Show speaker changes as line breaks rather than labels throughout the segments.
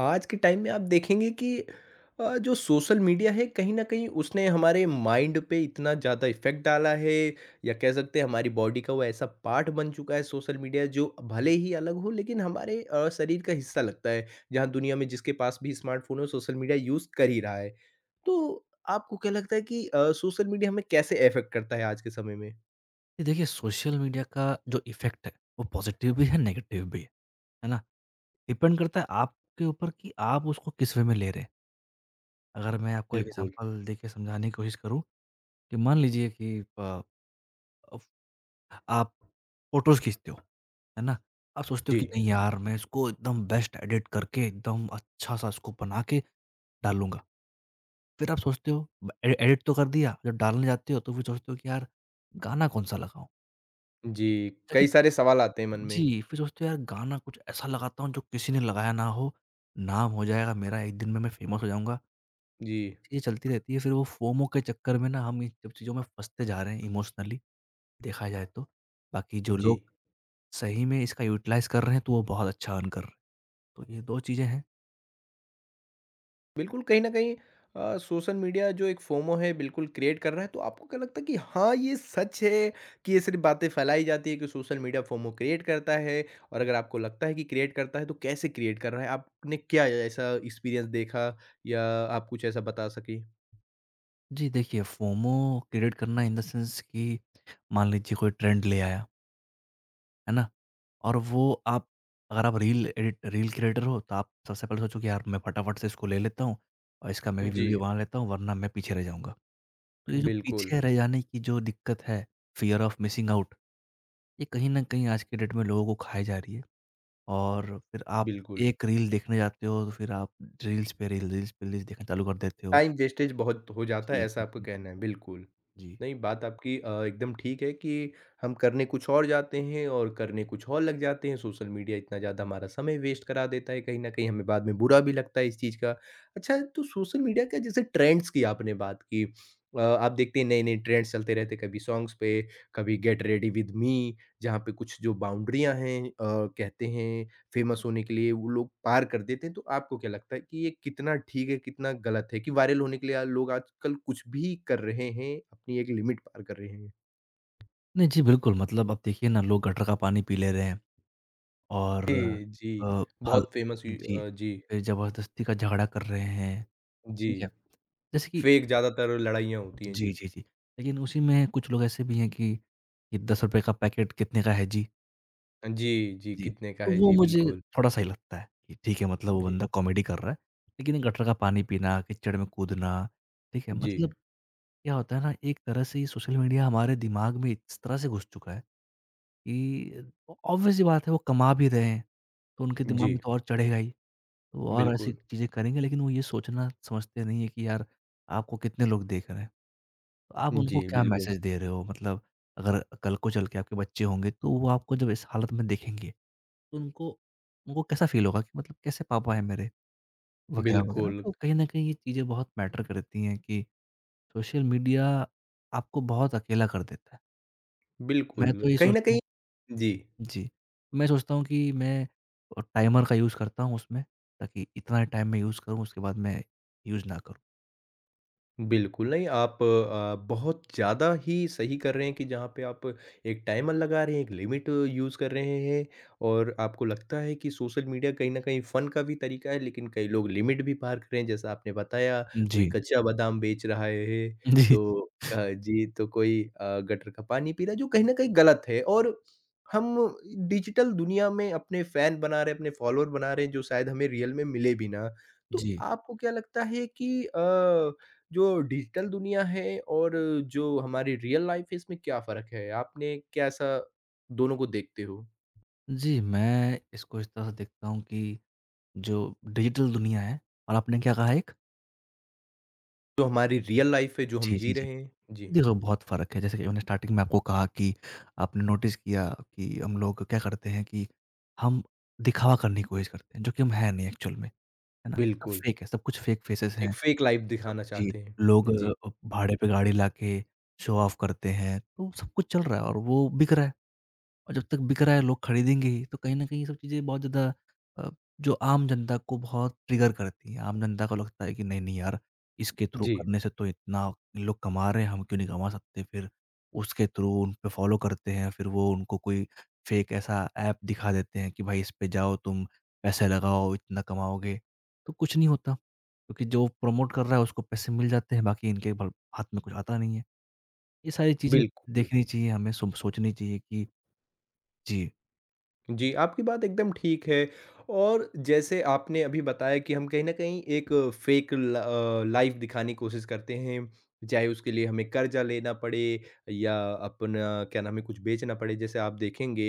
आज के टाइम में आप देखेंगे कि जो सोशल मीडिया है कहीं न कहीं उसने हमारे माइंड पे इतना ज़्यादा इफ़ेक्ट डाला है या कह सकते हैं हमारी बॉडी का वो ऐसा पार्ट बन चुका है सोशल मीडिया जो भले ही अलग हो लेकिन हमारे शरीर का हिस्सा लगता है। जहाँ दुनिया में जिसके पास भी स्मार्टफ़ोन हो सोशल मीडिया यूज़ कर ही रहा है। तो आपको क्या लगता है कि सोशल मीडिया हमें कैसे इफ़ेक्ट करता है आज के समय में?
ये देखिए सोशल मीडिया का जो इफ़ेक्ट है, वो पॉज़िटिव भी है, नेगेटिव भी है ना? डिपेंड करता है आपके ऊपर कि आप उसको किस वे में ले रहे हैं। अगर मैं आपको एक
बिल्कुल।
एग्ज़ाम्पल देके समझाने की कोशिश करूँ कि मान लीजिए कि प अफ आप फ़ोटोज़ खींचते हो, है ना? आप सोचते हो
जी।
कि नहीं यार मैं इसको एकदम बेस्ट एडिट करके एकदम अच्छा-सा इसको बना के डालूँगा। फिर आप सोचते हो ब ए एडिट तो कर दिया, जब डालने जाते हो तो फिर सोचते हो कि यार गाना कौन-सा लगाऊँ?
जी,
ठीक है,
कई
जबकि
सारे सवाल आते हैं मन में।
जी, फिर सोचते हैं यार गाना कुछ ऐसा लगाता हूँ जो किसी ने लगाया ना हो, नाम हो जाएगा मेरा, एक दिन में मैं फ़ेमस हो जाऊँगा।
जी,
ये चलती रहती है, फिर वो फोमो के चक्कर में ना हम इन सब चीज़ों में फँसते जा रहे हैं, इमोशनली देखा जाए तो। बाकी जो
जी।
लोग सही में इसका यूटिलाइज़ कर रहे हैं तो वो बहुत अच्छा अर्न कर रहे हैं। तो ये 2 चीज़ें हैं।
बिल्कुल, कहीं न कहीं सोशल मीडिया जो एक फोमो है बिल्कुल क्रिएट कर रहा है, तो आपको क्या लगता है कि हाँ, ये सच है कि ये सिर्फ़ बातें फैलाई जाती है कि सोशल मीडिया फोमो क्रिएट करता है? और अगर आपको लगता है कि क्रिएट करता है, तो कैसे क्रिएट कर रहा है? आपने क्या ऐसा एक्सपीरियंस देखा या आप कुछ ऐसा बता सकें?
जी देखिए, फोमो क्रिएट करना इन द सेंस कि मान लीजिए कोई ट्रेंड ले आया। है ना? और वो आप अगर आप रील क्रिएटर हो तो आप सबसे पहले सोचो कि यार मैं फटाफट से इसको ले लेता हूँ और इसका मैं भी
जी,
वीडियो बना लेता हूँ वरना मैं पीछे रह जाऊँगा। तो ये जो
बिल्कुल,
पीछे रह जाने की जो दिक्कत है, फियर ऑफ मिसिंग आउट, ये कहीं न कहीं आज के डेट में लोगों को खाए जा रही है। और फिर आप
बिल्कुल।
एक रील देखने जाते हो तो फिर आप रील्स पे रील, रील्स पे रील्स देखना चालू कर देते हो।
टाइम वेस्टेज बहुत हो जाता
जी,
है
जी,
ऐसा आपका
जी, जी।
कहना है, बिल्कुल।
जी।
नहीं बात आपकी एकदम ठीक है कि हम करने कुछ और जाते हैं और करने कुछ और लग जाते हैं, सोशल मीडिया इतना ज़्यादा हमारा समय वेस्ट करा देता है, कहीं न कहीं हमें बाद में बुरा भी लगता है इस चीज़ का। अच्छा तो सोशल मीडिया का जैसे ट्रेंड्स की आपने बात की आप देखते हैं नए-नए ट्रेंड्स चलते रहते हैं, कभी सॉन्ग्स पे, कभी गेट रेडी विद मी जहाँ पे कुछ जो बाउंड्रियाँ हैं कहते हैं फेमस होने के लिए वो लोग पार कर देते हैं, तो आपको क्या लगता है कि ये कितना ठीक है, कितना गलत है कि वायरल होने के लिए लोग आजकल कुछ भी कर रहे हैं, अपनी एक लिमिट पार कर रहे हैं?
नहीं, जी बिल्कुल, मतलब अब देखिए ना, लोग गटर का पानी पी ले रहे हैं। और
जी,
अ,
जी।
फल
बहुत फेमस हुई
जी,
जी,
फिर ज़बरदस्ती का झगड़ा कर रहे हैं,
जी।
ठीक है? जैसे कि
फेक ज़्यादातर लड़ाइयाँ होती हैं,
जी,
जी।
जी, जी। लेकिन उसी में कुछ लोग ऐसे भी हैं कि ये ₹10 का पैकेट कितने का है जी?
जी, जी,
जी,
कितने का
तो
है?
वो
जी,
मुझे
बिल्कुल।
थोड़ा-सा ही लगता है कि ठीक है, मतलब वो
जी,
बंदा कॉमेडी कर रहा है, लेकिन ये गटर का पानी पीना, कीचड़ में कूदना, ठीक है?
जी,
मतलब क्या होता है ना, एक तरह से ये सोशल मीडिया हमारे दिमाग में इस तरह से घुस चुका है कि ऑब्वियस सी बात है वो कमा भी रहे हैं, तो उनके दिमाग
जी,
में तो और चढ़ेगा ही। वो और ऐसी
बिल्कुल।
चीज़ें करेंगे, लेकिन वो ये सोचना समझते नहीं है कि यार आपको कितने लोग देख रहे हैं। तो आप उनको
जी,
क्या
बिल्कुल,
मैसेज दे रहे हो? मतलब अगर कल को चल के आपके बच्चे होंगे तो वो आपको जब इस हालत में देखेंगे तो उनको उनको कैसा फ़ील होगा कि मतलब कैसे पापा हैं मेरे? वगैरह, वगैरह।
बिल्कुल,
तो कहीं न कहीं ये चीज़ें बहुत मैटर करती हैं कि सोशल मीडिया आपको बहुत अकेला कर देता है।
बिल्कुल।
मैं तो ये
कहीं न
सोचता
कहीं
हूँ,
जी।
जी, मैं सोचता हूँ कि मैं टाइमर का यूज़ करता हूँ उसमें, ताकि इतना टाइम मैं यूज़ करूँ उसके बाद मैं यूज़ ना करूँ।
बिल्कुल, नहीं आप बहुत ज़्यादा ही सही कर रहे हैं कि जहाँ पे आप एक टाइमर लगा रहे हैं, एक लिमिट यूज़ कर रहे हैं और आपको लगता है कि सोशल मीडिया कहीं न कहीं फ़न का भी तरीका है, लेकिन कई लोग लिमिट भी पार कर रहे हैं। जैसा आपने बताया, कोई
जी।
कच्चा बादाम बेच रहा है,
जी,
तो क जी, तो कोई गटर का पानी पी रहा है, जो कहीं न कहीं गलत है और हम डिजिटल दुनिया में अपने फ़ैन बना रहे हैं, अपने फॉलोअर बना रहे हैं, जो शायद हमें रियल में मिले भी ना। तो
जी।
आपको क्या लगता है कि जो डिजिटल दुनिया है और जो हमारी रियल लाइफ है इसमें क्या फ़र्क है? आपने कैसा दोनों को देखते हो?
जी, मैं इसको इस तरह से देखता हूँ कि जो डिजिटल दुनिया है, और आपने क्या कहा एक?
जो हमारी रियल लाइफ है जो हम
जी,
जी
जी, जी।
रहे हैं जी।
देखो बहुत फ़र्क है, जैसे कि मैंने स्टार्टिंग में आपको कहा कि आपने नोटिस किया कि हम लोग क्या करते हैं कि हम दिखावा करने की कोशिश करते हैं, जो कि हम हैं नहीं एक्चुअल में, है ना? सब
बिल्कुल,
फ़ेक है, सब कुछ फ़ेक फेसेस
एक
हैं,
फ़ेक लाइफ
सब
दिखाना
जी,
चाहते हैं।
लोग
जी,
भाड़े पे गाड़ी लाके शो ऑफ करते हैं, तो सब कुछ चल रहा है और वो बिक रहा है। और जब तक बिक रहा है लोग खरीदेंगे ही, तो कहीं न कहीं ये सब चीज़ें बहुत ज़्यादा अ, जो आम जनता को बहुत ट्रिगर करती हैं। आम जनता को लगता है कि नहीं, नहीं यार, इसके थ्रू
जी,
करने से तो इतना लोग कमा रहे हैं, हम क्यों नहीं कमा सकते? फिर उसके थ्रू उन पे फ़ॉलो करते हैं, फिर वो उनको कोई फ़ेक ऐसा ऐप दिखा देते हैं कि भाई इस पे जाओ तुम, पैसे लगाओ, इतना कमाओगे। तो कुछ नहीं होता, क्योंकि जो प्रमोट कर रहा है उसको पैसे मिल जाते हैं, बाकी इनके भल हाथ में कुछ आता नहीं है। ये सारी चीज़ें
बिल्कुल।
देखनी चाहिए हमें, सोचनी चाहिए कि जी।
जी, आपकी बात एकदम ठीक है और जैसे आपने अभी बताया कि हम कहीं न कहीं एक फ़ेक लाइफ़ दिखाने की कोशिश करते हैं, चाहे उसके लिए हमें कर्ज़ा लेना पड़े या अपना क्या नाम है कुछ बेचना पड़े। जैसे आप देखेंगे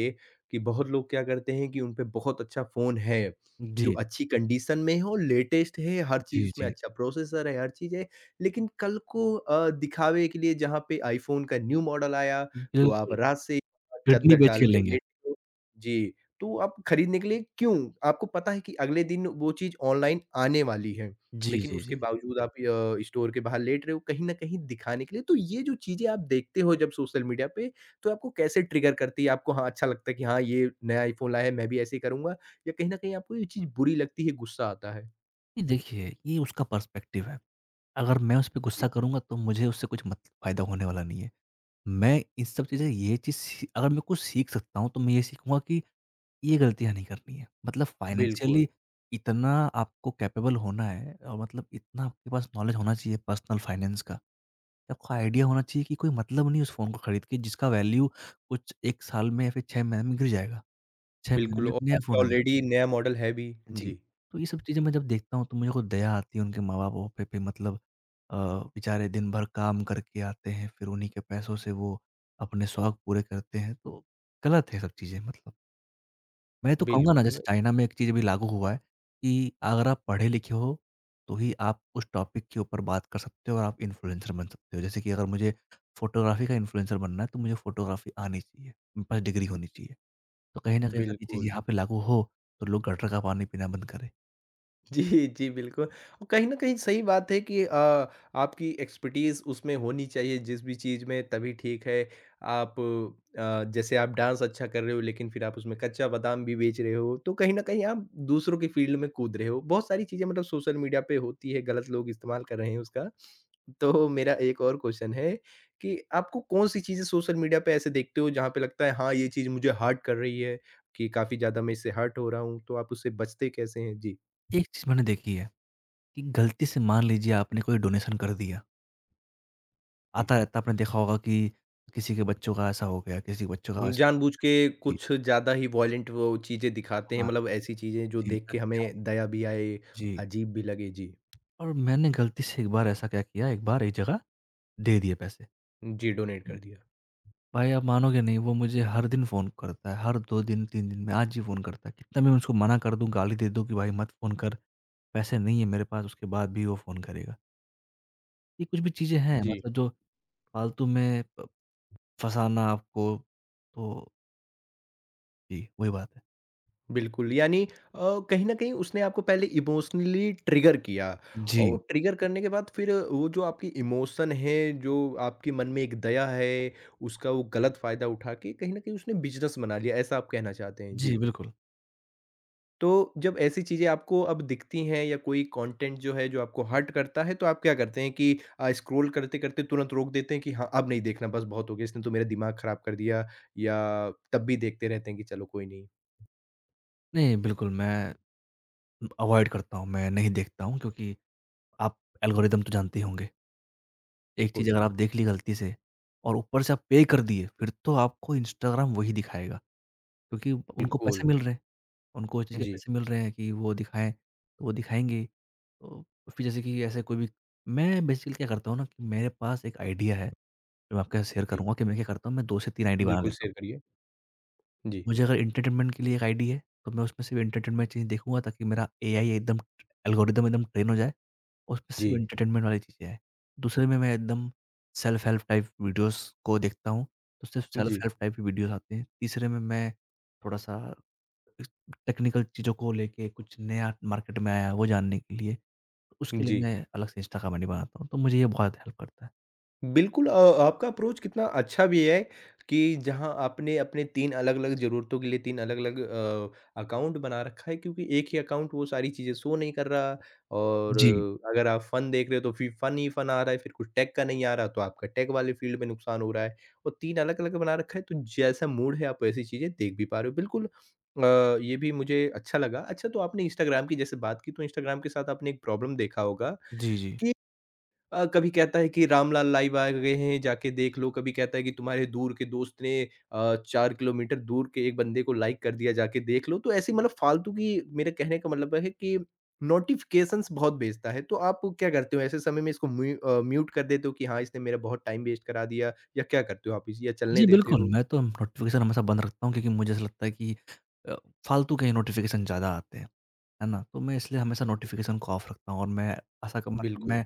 कि बहुत लोग क्या करते हैं कि उन पे बहुत अच्छा फ़ोन है, जो
जी,
अच्छी कंडीशन में है और लेटेस्ट है, हर चीज़
जी,
उसमें
जी।
अच्छा प्रोसेसर है, हर चीज़ है। लेकिन कल को दिखावे के लिए जहाँ पे आईफ़ोन का न्यू मॉडल आया, तो आप
बिल्कुल,
रात से ही
किडनी
चादर
बेच
डाल
के
के
लेंगे।
लेट गए। जी। तो आप खरीदने के लिए क्यों? आपको पता है कि अगले दिन वो चीज़ ऑनलाइन आने वाली है,
जी,
लेकिन
जी,
उसके
जी।
बावजूद आप स्टोर के बाहर लेट रहे हो कहीं न कहीं दिखाने के लिए। तो ये जो चीज़ें आप देखते हो जब सोशल मीडिया पे, तो आपको कैसे ट्रिगर करती है? आपको हाँ, अच्छा लगता है कि हाँ, ये नया आईफ़ोन लाया है, मैं भी ऐसे ही करूँगा या कहीं न कहीं आपको ये चीज़ बुरी लगती है, गुस्सा आता है?
ये देखिए, ये उसका पर्सपेक्टिव है। अगर मैं उस पे
जी।
गुस्सा करूँगा तो मुझे उससे कुछ मत फ़ायदा होने वाला नहीं है। मैं इन सब चीज़ें ये चीज़ सी अगर मैं कुछ सीख सकता हूँ तो मैं ये सीखूँगा कि ये गलतियाँ नहीं करनी है। मतलब
बिल्कुल,
फ़ाइनेंशियली इतना आपको कैपेबल होना है, और मतलब इतना आपके पास नॉलेज होना चाहिए पर्सनल फ़ाइनेंस का, आपको आइडिया होना चाहिए कि कोई मतलब नहीं है उस फ़ोन को खरीद के जिसका वैल्यू कुछ 1 साल में या फिर 6 महीने में गिर जाएगा। 6 महीने
बिल्कुल
में एक
और आप
नया
पे
फ़ोन आ जाएगा।
ऑलरेडी नया मॉडल है भी।
जी।
जी,
तो ये सब चीज़ें मैं जब देखता हूँ तो मेरे को दया आती है उनके माँ-बापों पे पे, मतलब अ, बेचारे दिन भर काम करके आते हैं, फिर उन्हीं के पैसों से वो अपने शौक पूरे करते हैं, तो गलत है सब चीज़ें, मतलब। मैं तो कहूँगा ना जैसे
बिल्कुल,
चाइना में एक चीज़ अभी लागू हुआ है कि अगर आप पढ़े-लिखे हो, तो ही आप उस टॉपिक के ऊपर बात कर सकते हो और आप इन्फ्लुएंसर बन सकते हो। जैसे कि अगर मुझे फ़ोटोग्राफ़ी का इन्फ्लुएंसर बनना है तो मुझे फ़ोटोग्राफ़ी आनी चाहिए, मेरे पास डिग्री होनी चाहिए। तो कहीं न कहीं अगर ये चीज़
बिल्कुल।
यहाँ पे लागू हो, तो लोग गटर का पानी पीना बंद करें।
जी, जी, बिल्कुल। और कहीं न कहीं सही बात है कि आपकी एक्सपर्टीज़ उसमें होनी चाहिए जिस भी चीज़ में तभी ठीक है। आप जैसे आप डांस अच्छा कर रहे हो लेकिन फिर आप उसमें कच्चा बादाम भी बेच रहे हो, तो कहीं न कहीं आप दूसरों की फ़ील्ड में कूद रहे हो। बहुत सारी चीज़ें मतलब सोशल मीडिया पे होती है, गलत लोग इस्तेमाल कर रहे हैं उसका। तो मेरा एक और क्वेश्चन है कि आपको कौन-सी चीज़ें सोशल मीडिया पे ऐसे देखते हो जहाँ पे लगता है हाँ, ये चीज़ मुझे हर्ट कर रही है कि काफ़ी ज़्यादा मैं इससे हर्ट हो रहा हूँ, तो आप उससे बचते कैसे हैं? जी।
एक चीज़ मैंने देखी है कि गलती से मान लीजिए आपने कोई डोनेशन कर दिया। आता रहता है, आपने देखा होगा कि किसी के बच्चों का ऐसा हो गया, किसी के बच्चों का
हुँ,
वैसा
जानबूझ के
जी,
कुछ ज़्यादा ही वॉयलेंट वो चीज़ें दिखाते हैं,
खाना
मतलब ऐसी चीज़ें जो
जी,
देख के
ताकि आप
हमें दया भी आए,
जी,
अजीब भी लगे। जी,
और मैंने गलती से एक बार ऐसा क्या किया, एक बार एक जगह दे दिए पैसे।
जी, डोनेट कर दिया।
भाई आप मानोगे नहीं, वो मुझे हर दिन फ़ोन करता है, हर 2 दिन 3 दिन में, आज ही फ़ोन करता है। कितना भी मैं उसको मना कर दूँ, गाली दे दूँ कि भाई मत फ़ोन कर, पैसे नहीं है मेरे पास, उसके बाद भी वो फ़ोन करेगा। ये कुछ भी चीज़ें हैं
जी,
मतलब जो फालतू में प फँसाना आपको, तो जी, वही बात है।
बिल्कुल, यानी कहीं न कहीं उसने आपको पहले इमोशनली ट्रिगर किया
जी।
और वो ट्रिगर करने के बाद फिर वो जो आपकी इमोशन है, जो आपके मन में एक दया है, उसका वो गलत फ़ायदा उठा के कहीं न कहीं उसने बिज़नेस बना लिया, ऐसा आप कहना चाहते हैं?
जी,
जी।
बिल्कुल।
तो जब ऐसी चीज़ें आपको अब दिखती हैं या कोई कंटेंट जो है जो आपको हर्ट करता है, तो आप क्या करते हैं कि स्क्रॉल करते-करते तुरंत रोक देते हैं कि हाँ, अब नहीं देखना बस बहुत हो गया, इसने तो मेरा दिमाग खराब कर दिया या तब भी देखते रहते हैं कि चलो कोई नहीं।
नहीं, बिल्कुल मैं अवॉइड करता हूँ, मैं नहीं देखता हूँ, क्योंकि आप एल्गोरिदम तो जानते ही होंगे। एक चीज़
कुल
अगर आप देख ली गलती से और ऊपर से आप पे कर दिए, फिर तो आपको इंस्टाग्राम वही दिखाएगा, क्योंकि उनको
बिल्कुल।
पैसे मिल रहे हैं, उनको इस चीज़ के
जी,
पैसे मिल रहे हैं कि वो दिखाएँ, तो वो दिखाएँगे। तो फिर जैसे कि ऐसे कोई भी, मैं बेसिकली क्या करता हूँ ना कि मेरे पास एक आइडिया है, जो मैं आपके साथ शेयर
जी।
करूँगा कि मैं क्या करता हूँ, मैं 2 से 3 आईडी बना
बिल्कुल
लेता हूँ।
शेयर करिए। जी,
मुझे अगर एंटरटेनमेंट के लिए एक आईडी है, तो मैं उसमें सिर्फ़ एंटरटेनमेंट चीज़ें देखूँगा, ताकि मेरा एआई एकदम, एल्गोरिदम एकदम ट्रेन हो जाए, उसमें
जी,
सिर्फ़ एंटरटेनमेंट वाली चीज़ें आएँ। दूसरे में मैं एकदम सेल्फ हेल्प टाइप वीडियोज़ को देखता हूँ, तो सिर्फ़ सेल्फ
जी,
हेल्प टाइप की वीडियोज़ आते हैं। तीसरे में मैं थोड़ा-सा इस टेक्निकल चीज़ों को लेके कुछ नया मार्केट में आया है, वो जानने के लिए, तो उसके लिए
जी।
मैं अलग से इंस्टा का मैंने बनाता हूँ, तो मुझे ये बहुत हेल्प करता है।
बिल्कुल आपका अप्रोच कितना अच्छा भी है कि जहाँ आपने अपने 3 अलग-अलग ज़रूरतों के लिए 3 अलग-अलग अकाउंट बना रखा है क्योंकि एक ही अकाउंट वो सारी चीज़ें शो नहीं कर रहा और
जी।
अगर आप फ़न देख रहे हो तो फिर फ़न ही फ़न आ रहा है, फिर कुछ टेक का नहीं आ रहा तो आपका टेक वाले फ़ील्ड में नुकसान हो रहा है और 3 अलग-अलग बना रखा है तो जैसा मूड है आप वैसी चीज़ें देख भी पा रहे हो। बिल्कुल ये भी मुझे अच्छा लगा। अच्छा तो आपने इंस्टाग्राम की जैसे बात की तो इंस्टाग्राम के साथ आपने एक प्रॉब्लम देखा होगा
जी, जी।
कि कभी कहता है कि रामलाल लाइव आ गए हैं, जाके देख लो। कभी कहता है कि तुम्हारे दूर के दोस्त ने 4 किलोमीटर दूर के एक बंदे को लाइक कर दिया, जाके देख लो। तो ऐसी मतलब फालतू की मेरे कहने का मतलब है कि नोटिफ़िकेशंस बहुत भेजता है। तो आप क्या करते हो ऐसे समय में इसको म्यूट कर देते हो कि हाँ, इसने मेरा बहुत टाइम वेस्ट करा दिया या क्या करते हो आप इस या चलने
जी,
देते
बिल्कुल,
हो?
मैं तो नोटिफ़िकेशन हमेशा बंद रखता हूँ, क्योंकि मुझे ऐसा लगता है कि अ, फालतू के ही नोटिफ़िकेशन ज़्यादा आते हैं, है ना? तो मैं इसलिए हमेशा नोटिफ़िकेशन को ऑफ रखता हूँ, और मैं ऐसा क मतलब
बिल्कुल।
मैं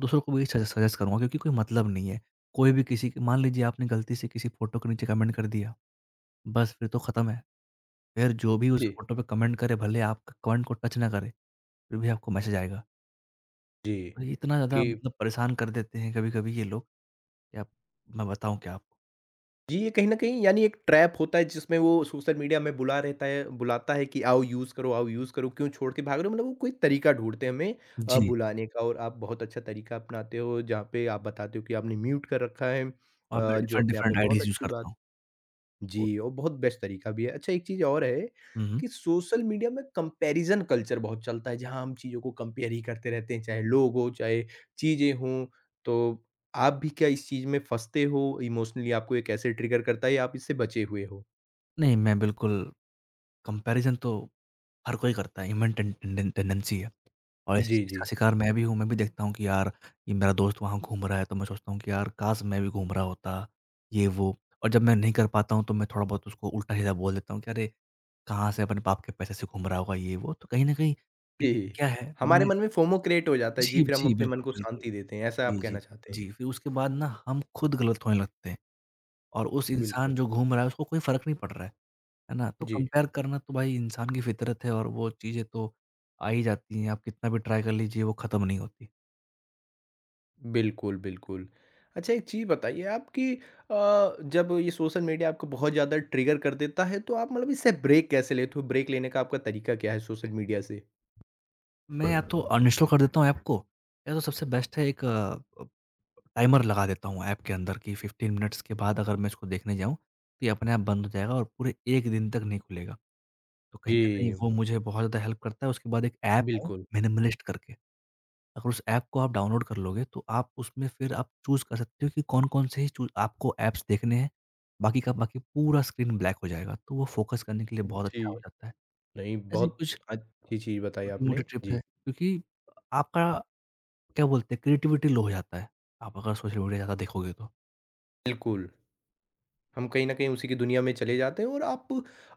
दूसरों को भी सजेस्ट करूँगा, क्योंकि कोई मतलब नहीं है। कोई भी किसी के, मान लीजिए आपने गलती से किसी फ़ोटो के नीचे कमेंट कर दिया, बस फिर तो खत्म है। फिर जो भी उस
जी।
फ़ोटो पे कमेंट करे, भले आपका कमेंट को टच ना करे, फिर भी आपको मैसेज आएगा।
जी,
तो ये इतना ज़्यादा
कि
मतलब परेशान कर देते हैं कभी-कभी ये लोग कि आप, मैं बताऊँ क्या आपको?
जी, ये कहीं न कहीं यानी एक ट्रैप होता है जिसमें वो सोशल मीडिया में बुलाता है कि आओ यूज़ करो, क्यों छोड़ के भाग रहे हो? मतलब वो कोई तरीका ढूँढते हैं हमें
जी,
बुलाने का और आप बहुत अच्छा तरीका अपनाते हो, जहाँ पे आप बताते हो कि आपने म्यूट कर रखा है
और मैं
जो
डिफरेंट,
अपने आप
डिफरेंट
में बहुत
आईडीज़ यूज़
अच्छी बात
करता हूँ।
जी, और बहुत बेस्ट तरीका भी है। अच्छा एक चीज़ और है
हुँ, हुँ।
कि सोशल मीडिया में कंपैरिज़न कल्चर बहुत चलता है, जहाँ हम चीज़ों को कंपेयर ही करते रहते हैं, चाहे लोग हों, चाहे चीज़ें हों। तो आप भी क्या इस चीज़ में फँसते हो? इमोशनली आपको ये कैसे ट्रिगर करता है या आप इससे बचे हुए हो?
नहीं, मैं बिल्कुल कंपैरिज़न तो हर कोई करता है, ह्यूमन टेन टेंडेन टेंडेंसी है, और इस
जी, जी।
इसका शिकार मैं भी हूँ। मैं भी देखता हूँ कि यार, ये मेरा दोस्त वहाँ घूम रहा है, तो मैं सोचता हूँ कि यार, काश मैं भी घूम रहा होता, ये वो। और जब मैं नहीं कर पाता हूँ, तो मैं थोड़ा बहुत उसको उल्टा-सीधा बोल देता हूँ कि अरे, कहाँ से अपने बाप के पैसे से घूम रहा होगा, ये वो। तो कहीं न कहीं इससे
जी,
क्या है
हमारे
मैं,
मन में फोमो क्रिएट हो जाता है। जी,
जी,
फिर हम
जी,
अपने मन
बिल्कुल,
को
बिल्कुल।
शांति देते हैं, ऐसा आप
जी, जी।
कहना चाहते हैं।
जी, फिर उसके बाद ना हम खुद गलत होने लगते हैं और उस
बिल्कुल,
इंसान जो घूम रहा है, उसको कोई फ़र्क नहीं पड़ रहा है। है ना? तो
जी।
कंपेयर करना तो भाई इंसान की फितरत है, और वो चीज़ें तो आ ही जाती हैं, आप कितना भी ट्राई कर लीजिए वो ख़त्म नहीं होती।
बिल्कुल, बिल्कुल। अच्छा एक चीज़ बताइए आप कि जब ये सोशल मीडिया आपको बहुत ज़्यादा ट्रिगर कर देता है तो आप मतलब इससे ब्रेक कैसे लेते हो? ब्रेक लेने का आपका तरीका क्या है सोशल मीडिया से?
मैं या तो अनइंस्टॉल कर देता हूँ ऐप को, या तो सबसे बेस्ट है एक टाइमर लगा देता हूँ ऐप के अंदर कि 15 मिनट्स के बाद अगर मैं इसको देखने जाऊँ, तो ये अपने आप बंद हो जाएगा और पूरे 1 दिन तक नहीं खुलेगा। तो कहीं न कहीं
जी,
वो मुझे बहुत ज़्यादा हेल्प करता है, उसके बाद एक ऐप है
बिल्कुल।
मिनिमलिस्ट करके। अगर उस ऐप को आप डाउनलोड कर लोगे तो आप उसमें फिर आप चूज़ कर सकते हो कि कौन-कौन से ही चू आपको ऐप्स देखने हैं। बाकी का बाकी पूरा स्क्रीन ब्लैक हो जाएगा, तो वो फ़ोकस करने के लिए बहुत अच्छा हो
जी,
जाता है।
नहीं
ऐसी ही
बहुत
कुछ
अच्छी चीज़ बताई
छोटी-मोटी
आपने।
ट्रिप है,
जी,
क्योंकि आपका, क्या बोलते हैं, क्रिएटिविटी लो हो जाता है, आप अगर सोशल मीडिया ज़्यादा देखोगे तो।
बिल्कुल। हम कहीं न कहीं उसी की दुनिया में चले जाते हैं और आप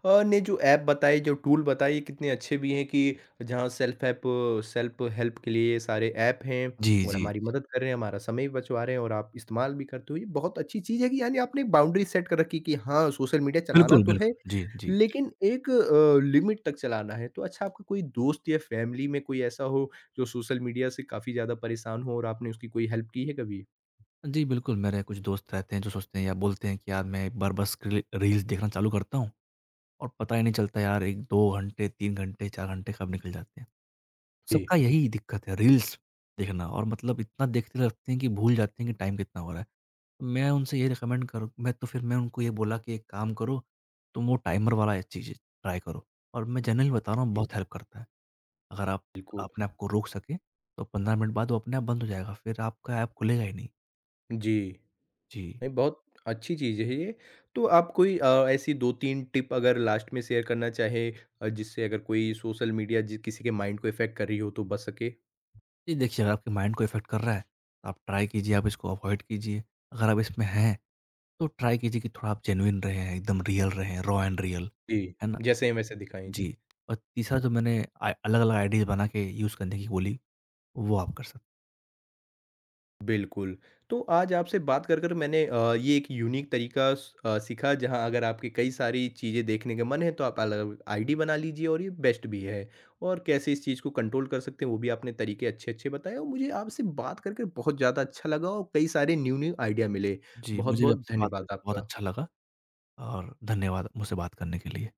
ने जो ऐप बताए, जो टूल बताए, ये कितने अच्छे भी हैं कि जहाँ सेल्फ हेल्प के लिए ये सारे ऐप हैं
जी,
और
जी।
हमारी मदद कर रहे हैं, हमारा समय भी बचवा रहे हैं और आप इस्तेमाल भी करते हो। ये बहुत अच्छी चीज़ है कि यानी आपने एक बाउंड्री सेट कर रखी कि हाँ, सोशल मीडिया चलाना
बिल्कुल,
तो है,
बिल्कुल। जी, जी।
लेकिन एक लिमिट तक चलाना है। तो अच्छा आपका कोई दोस्त या फैमिली में कोई ऐसा हो, जो सोशल मीडिया से काफ़ी ज़्यादा परेशान हो और आपने उसकी कोई हेल्प की है कभी?
जी, बिल्कुल मेरे कुछ दोस्त रहते हैं जो सोचते हैं या बोलते हैं कि यार मैं एक बार बस रील्स देखना चालू करता हूँ और पता ही नहीं चलता यार 1-2 घंटे, 3 घंटे, 4 घंटे कब निकल जाते हैं।
जी,
सबका यही दिक्कत है, रील्स देखना, और मतलब इतना देखते रहते हैं कि भूल जाते हैं कि टाइम कितना हो रहा है। तो मैं उनसे ये रिकमेंड करूँ, मैं तो फिर मैं उनको ये बोला कि एक काम करो, तुम वो टाइमर वाला चीज़ ट्राई करो, और मैं जनरली बता रहा हूँ
जी,
बहुत हेल्प करता है। अगर आप
बिल्कुल।
अपने आप को रोक सकें, तो 15 मिनट बाद वो अपने आप बंद हो जाएगा, फिर आपका ऐप खुलेगा ही नहीं।
जी।
जी।
नहीं, बहुत अच्छी चीज़ है ये। तो आप कोई ऐसी 2-3 टिप अगर लास्ट में शेयर करना चाहें जिससे अगर कोई सोशल मीडिया जि किसी के माइंड को इफ़ेक्ट कर रही हो तो बच सके?
ये देखिए अगर आपके माइंड को इफ़ेक्ट कर रहा है, तो आप ट्राई कीजिए, आप इसको अवॉइड कीजिए। अगर आप इसमें हैं, तो ट्राई कीजिए कि थोड़ा आप जेनुइन रहें, एकदम रियल रहें, रॉ एंड रियल,
जी,
है ना?
जैसे हैं वैसे दिखाएँ। जी।
जी, और तीसरा जो मैंने अलग-अलग आइडियाज़ बना के यूज़ करने की बोली, वो आप कर सकते,
बिल्कुल, तो आज आपसे बात कर कर मैंने ये एक यूनिक तरीका सीखा जहाँ अगर आपके कई सारी चीज़ें देखने का मन है तो आप अलग आईडी बना लीजिए और ये बेस्ट भी है। और कैसे इस चीज़ को कंट्रोल कर सकते हैं वो भी आपने तरीके अच्छे-अच्छे बताए और मुझे आपसे बात कर कर बहुत ज़्यादा अच्छा लगा और कई सारे न्यू-न्यू आइडिया मिले।
जी। हैं। जी, मुझे भी
बहुत-बहुत
आपसे बात
धन्यवाद
करके बहुत
आपका।
अच्छा लगा, और धन्यवाद मुझसे बात करने के लिए।